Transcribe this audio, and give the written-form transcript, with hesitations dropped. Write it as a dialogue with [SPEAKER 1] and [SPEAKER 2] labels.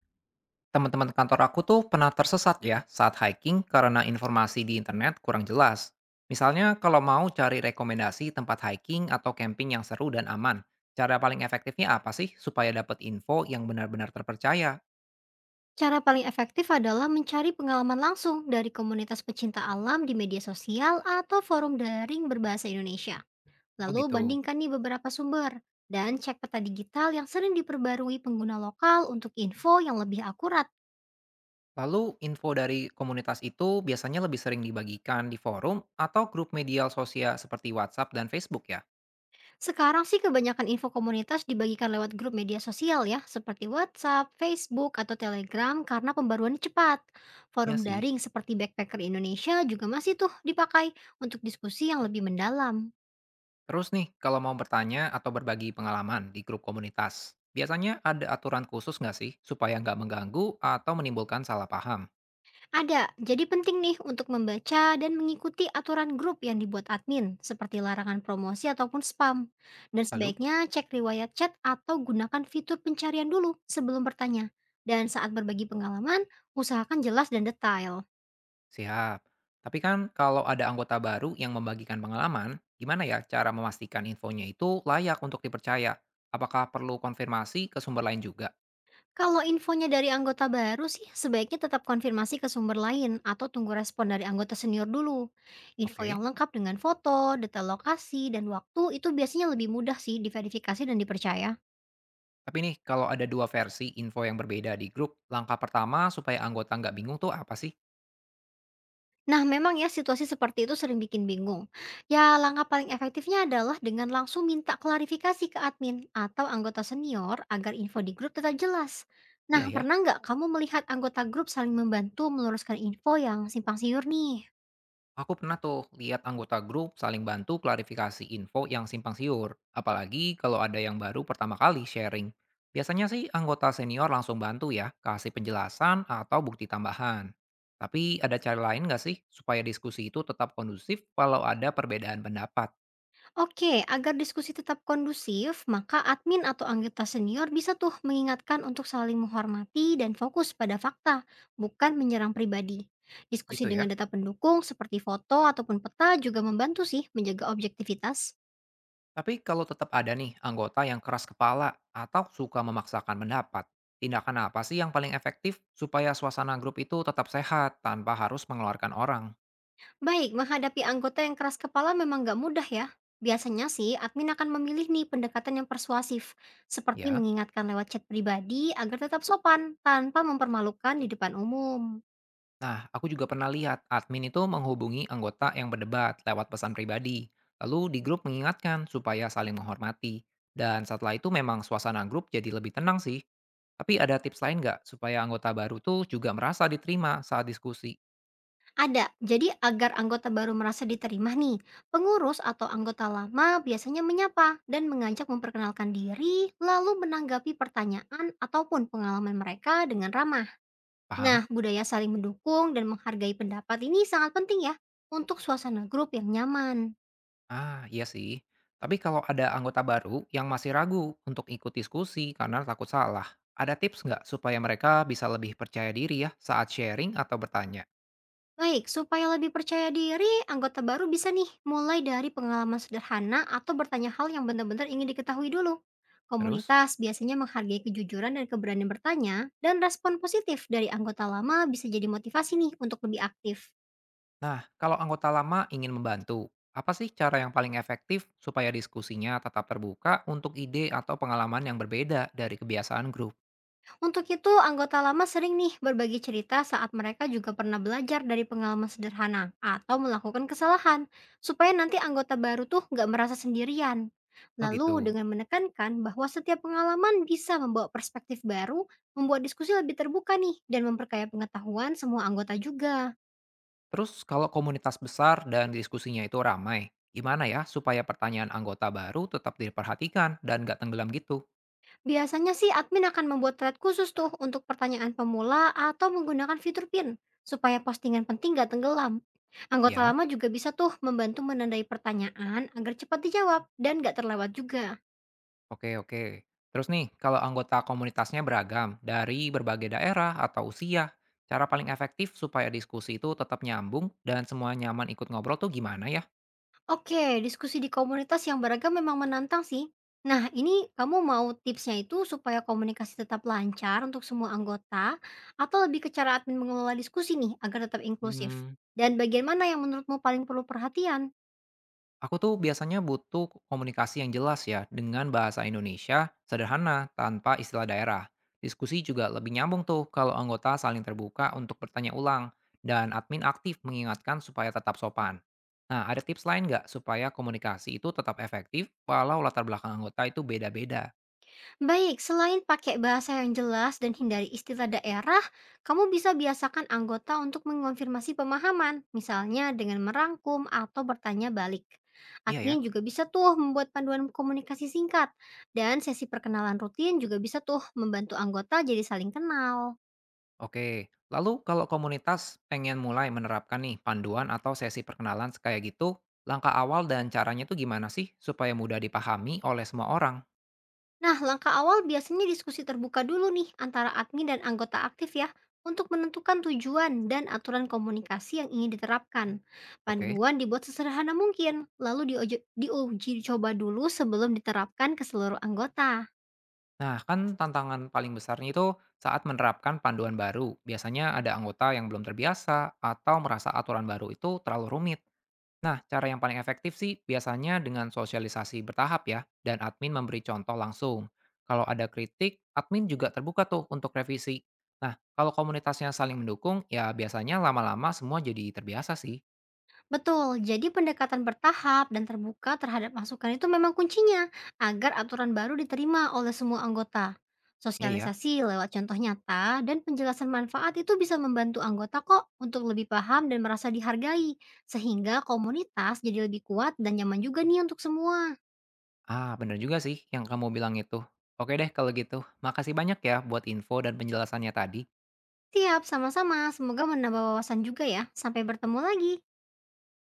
[SPEAKER 1] Teman-teman kantor aku tuh pernah tersesat ya saat hiking karena informasi di internet kurang jelas. Misalnya kalau mau cari rekomendasi tempat hiking atau camping yang seru dan aman, cara paling efektifnya apa sih supaya dapat info yang benar-benar terpercaya?
[SPEAKER 2] Cara paling efektif adalah mencari pengalaman langsung dari komunitas pecinta alam di media sosial atau forum daring berbahasa Indonesia.
[SPEAKER 1] Oh
[SPEAKER 2] Lalu
[SPEAKER 1] gitu.
[SPEAKER 2] bandingkan nih beberapa sumber dan cek peta digital yang sering diperbarui pengguna lokal untuk info yang lebih akurat.
[SPEAKER 1] Lalu info dari komunitas itu biasanya lebih sering dibagikan di forum atau grup media sosial seperti WhatsApp dan Facebook ya?
[SPEAKER 2] Sekarang sih kebanyakan info komunitas dibagikan lewat grup media sosial ya, seperti WhatsApp, Facebook, atau Telegram karena pembaruannya cepat.
[SPEAKER 1] Iya
[SPEAKER 2] Forum
[SPEAKER 1] sih.
[SPEAKER 2] daring seperti Backpacker Indonesia juga masih tuh dipakai untuk diskusi yang lebih mendalam.
[SPEAKER 1] Terus nih, kalau mau bertanya atau berbagi pengalaman di grup komunitas, biasanya ada aturan khusus nggak sih supaya nggak mengganggu atau menimbulkan salah paham?
[SPEAKER 2] Ada, jadi penting nih untuk membaca dan mengikuti aturan grup yang dibuat admin, seperti larangan promosi ataupun spam. Dan
[SPEAKER 1] Lalu?
[SPEAKER 2] sebaiknya cek riwayat chat atau gunakan fitur pencarian dulu sebelum bertanya. Dan saat berbagi pengalaman, usahakan jelas dan detail.
[SPEAKER 1] Siap. Tapi kan kalau ada anggota baru yang membagikan pengalaman, gimana ya cara memastikan infonya itu layak untuk dipercaya? Apakah perlu konfirmasi ke sumber lain juga?
[SPEAKER 2] Kalau infonya dari anggota baru sih, sebaiknya tetap konfirmasi ke sumber lain atau tunggu respon dari anggota senior dulu. Info
[SPEAKER 1] Oke.
[SPEAKER 2] yang lengkap dengan foto, detail lokasi, dan waktu itu biasanya lebih mudah sih diverifikasi dan dipercaya.
[SPEAKER 1] Tapi nih, kalau ada dua versi info yang berbeda di grup, langkah pertama supaya anggota nggak bingung tuh apa sih?
[SPEAKER 2] Nah, memang ya situasi seperti itu sering bikin bingung. Ya, langkah paling efektifnya adalah dengan langsung minta klarifikasi ke admin atau anggota senior agar info di grup tetap jelas.
[SPEAKER 1] Iya
[SPEAKER 2] Nah,
[SPEAKER 1] ya.
[SPEAKER 2] pernah nggak kamu melihat anggota grup saling membantu meluruskan info yang simpang siur nih?
[SPEAKER 1] Aku pernah tuh lihat anggota grup saling bantu klarifikasi info yang simpang siur, apalagi kalau ada yang baru pertama kali sharing. Biasanya sih anggota senior langsung bantu ya, kasih penjelasan atau bukti tambahan. Tapi ada cara lain nggak sih supaya diskusi itu tetap kondusif kalau ada perbedaan pendapat?
[SPEAKER 2] Oke, agar diskusi tetap kondusif, maka admin atau anggota senior bisa tuh mengingatkan untuk saling menghormati dan fokus pada fakta, bukan menyerang pribadi. Diskusi
[SPEAKER 1] Gitu
[SPEAKER 2] dengan
[SPEAKER 1] ya.
[SPEAKER 2] data pendukung seperti foto ataupun peta juga membantu sih menjaga objektivitas.
[SPEAKER 1] Tapi kalau tetap ada nih anggota yang keras kepala atau suka memaksakan pendapat, tindakan apa sih yang paling efektif supaya suasana grup itu tetap sehat tanpa harus mengeluarkan orang?
[SPEAKER 2] Baik, menghadapi anggota yang keras kepala memang nggak mudah ya. Biasanya sih, admin akan memilih nih pendekatan yang persuasif, seperti
[SPEAKER 1] Ya.
[SPEAKER 2] mengingatkan lewat chat pribadi agar tetap sopan tanpa mempermalukan di depan umum.
[SPEAKER 1] Nah, aku juga pernah lihat admin itu menghubungi anggota yang berdebat lewat pesan pribadi, lalu di grup mengingatkan supaya saling menghormati. Dan setelah itu memang suasana grup jadi lebih tenang sih. Tapi ada tips lain nggak supaya anggota baru tuh juga merasa diterima saat diskusi?
[SPEAKER 2] Ada. Jadi agar anggota baru merasa diterima nih, pengurus atau anggota lama biasanya menyapa dan mengajak memperkenalkan diri, lalu menanggapi pertanyaan ataupun pengalaman mereka dengan ramah.
[SPEAKER 1] Paham?
[SPEAKER 2] Nah, budaya saling mendukung dan menghargai pendapat ini sangat penting ya untuk suasana grup yang nyaman.
[SPEAKER 1] Ah, iya sih. Tapi kalau ada anggota baru yang masih ragu untuk ikut diskusi karena takut salah, ada tips nggak supaya mereka bisa lebih percaya diri ya saat sharing atau bertanya?
[SPEAKER 2] Baik, supaya lebih percaya diri, anggota baru bisa nih mulai dari pengalaman sederhana atau bertanya hal yang benar-benar ingin diketahui dulu.
[SPEAKER 1] Terus?
[SPEAKER 2] Komunitas biasanya menghargai kejujuran dan keberanian bertanya, dan respon positif dari anggota lama bisa jadi motivasi nih untuk lebih aktif.
[SPEAKER 1] Nah, kalau anggota lama ingin membantu, apa sih cara yang paling efektif supaya diskusinya tetap terbuka untuk ide atau pengalaman yang berbeda dari kebiasaan grup?
[SPEAKER 2] Untuk itu, anggota lama sering nih berbagi cerita saat mereka juga pernah belajar dari pengalaman sederhana atau melakukan kesalahan, supaya nanti anggota baru tuh nggak merasa sendirian.
[SPEAKER 1] Oh
[SPEAKER 2] Lalu
[SPEAKER 1] gitu.
[SPEAKER 2] dengan menekankan bahwa setiap pengalaman bisa membawa perspektif baru, membuat diskusi lebih terbuka nih, dan memperkaya pengetahuan semua anggota juga.
[SPEAKER 1] Terus kalau komunitas besar dan diskusinya itu ramai, gimana ya supaya pertanyaan anggota baru tetap diperhatikan dan nggak tenggelam gitu?
[SPEAKER 2] Biasanya sih admin akan membuat thread khusus tuh untuk pertanyaan pemula atau menggunakan fitur pin supaya postingan penting gak tenggelam. Anggota
[SPEAKER 1] Ya,
[SPEAKER 2] lama juga bisa tuh membantu menandai pertanyaan agar cepat dijawab dan gak terlewat juga.
[SPEAKER 1] oke oke. Terus nih, kalau anggota komunitasnya beragam dari berbagai daerah atau usia, cara paling efektif supaya diskusi itu tetap nyambung dan semua nyaman ikut ngobrol tuh gimana ya?
[SPEAKER 2] Oke, diskusi di komunitas yang beragam memang menantang sih. Nah, ini kamu mau tipsnya itu supaya komunikasi tetap lancar untuk semua anggota atau lebih ke cara admin mengelola diskusi nih agar tetap inklusif?
[SPEAKER 1] Hmm,
[SPEAKER 2] Dan bagian mana yang menurutmu paling perlu perhatian?
[SPEAKER 1] Aku tuh biasanya butuh komunikasi yang jelas ya dengan bahasa Indonesia sederhana tanpa istilah daerah. Diskusi juga lebih nyambung tuh kalau anggota saling terbuka untuk bertanya ulang dan admin aktif mengingatkan supaya tetap sopan. Nah, ada tips lain nggak supaya komunikasi itu tetap efektif walau latar belakang anggota itu beda-beda?
[SPEAKER 2] Baik, selain pakai bahasa yang jelas dan hindari istilah daerah, kamu bisa biasakan anggota untuk mengonfirmasi pemahaman, misalnya dengan merangkum atau bertanya balik.
[SPEAKER 1] Iya ya.
[SPEAKER 2] Admin juga bisa tuh membuat panduan komunikasi singkat, dan sesi perkenalan rutin juga bisa tuh membantu anggota jadi saling kenal.
[SPEAKER 1] Oke, lalu kalau komunitas pengen mulai menerapkan nih panduan atau sesi perkenalan kayak gitu, langkah awal dan caranya tuh gimana sih supaya mudah dipahami oleh semua orang?
[SPEAKER 2] Nah, langkah awal biasanya diskusi terbuka dulu nih antara admin dan anggota aktif ya untuk menentukan tujuan dan aturan komunikasi yang ingin diterapkan.
[SPEAKER 1] Oke.
[SPEAKER 2] Panduan dibuat sesederhana mungkin, lalu diuji coba dulu sebelum diterapkan ke seluruh anggota.
[SPEAKER 1] Nah, kan tantangan paling besarnya itu saat menerapkan panduan baru. Biasanya ada anggota yang belum terbiasa atau merasa aturan baru itu terlalu rumit. Nah, cara yang paling efektif sih biasanya dengan sosialisasi bertahap ya, dan admin memberi contoh langsung. Kalau ada kritik, admin juga terbuka tuh untuk revisi. Nah, kalau komunitasnya saling mendukung, ya biasanya lama-lama semua jadi terbiasa sih.
[SPEAKER 2] Betul, jadi pendekatan bertahap dan terbuka terhadap masukan itu memang kuncinya agar aturan baru diterima oleh semua anggota.
[SPEAKER 1] Iya ya.
[SPEAKER 2] Sosialisasi lewat contoh nyata dan penjelasan manfaat itu bisa membantu anggota kok untuk lebih paham dan merasa dihargai, sehingga komunitas jadi lebih kuat dan nyaman juga nih untuk semua.
[SPEAKER 1] Ah, bener juga sih yang kamu bilang itu. Oke deh kalau gitu. Makasih banyak ya buat info dan penjelasannya tadi.
[SPEAKER 2] Siap, sama-sama. Semoga menambah wawasan juga ya. Sampai bertemu lagi.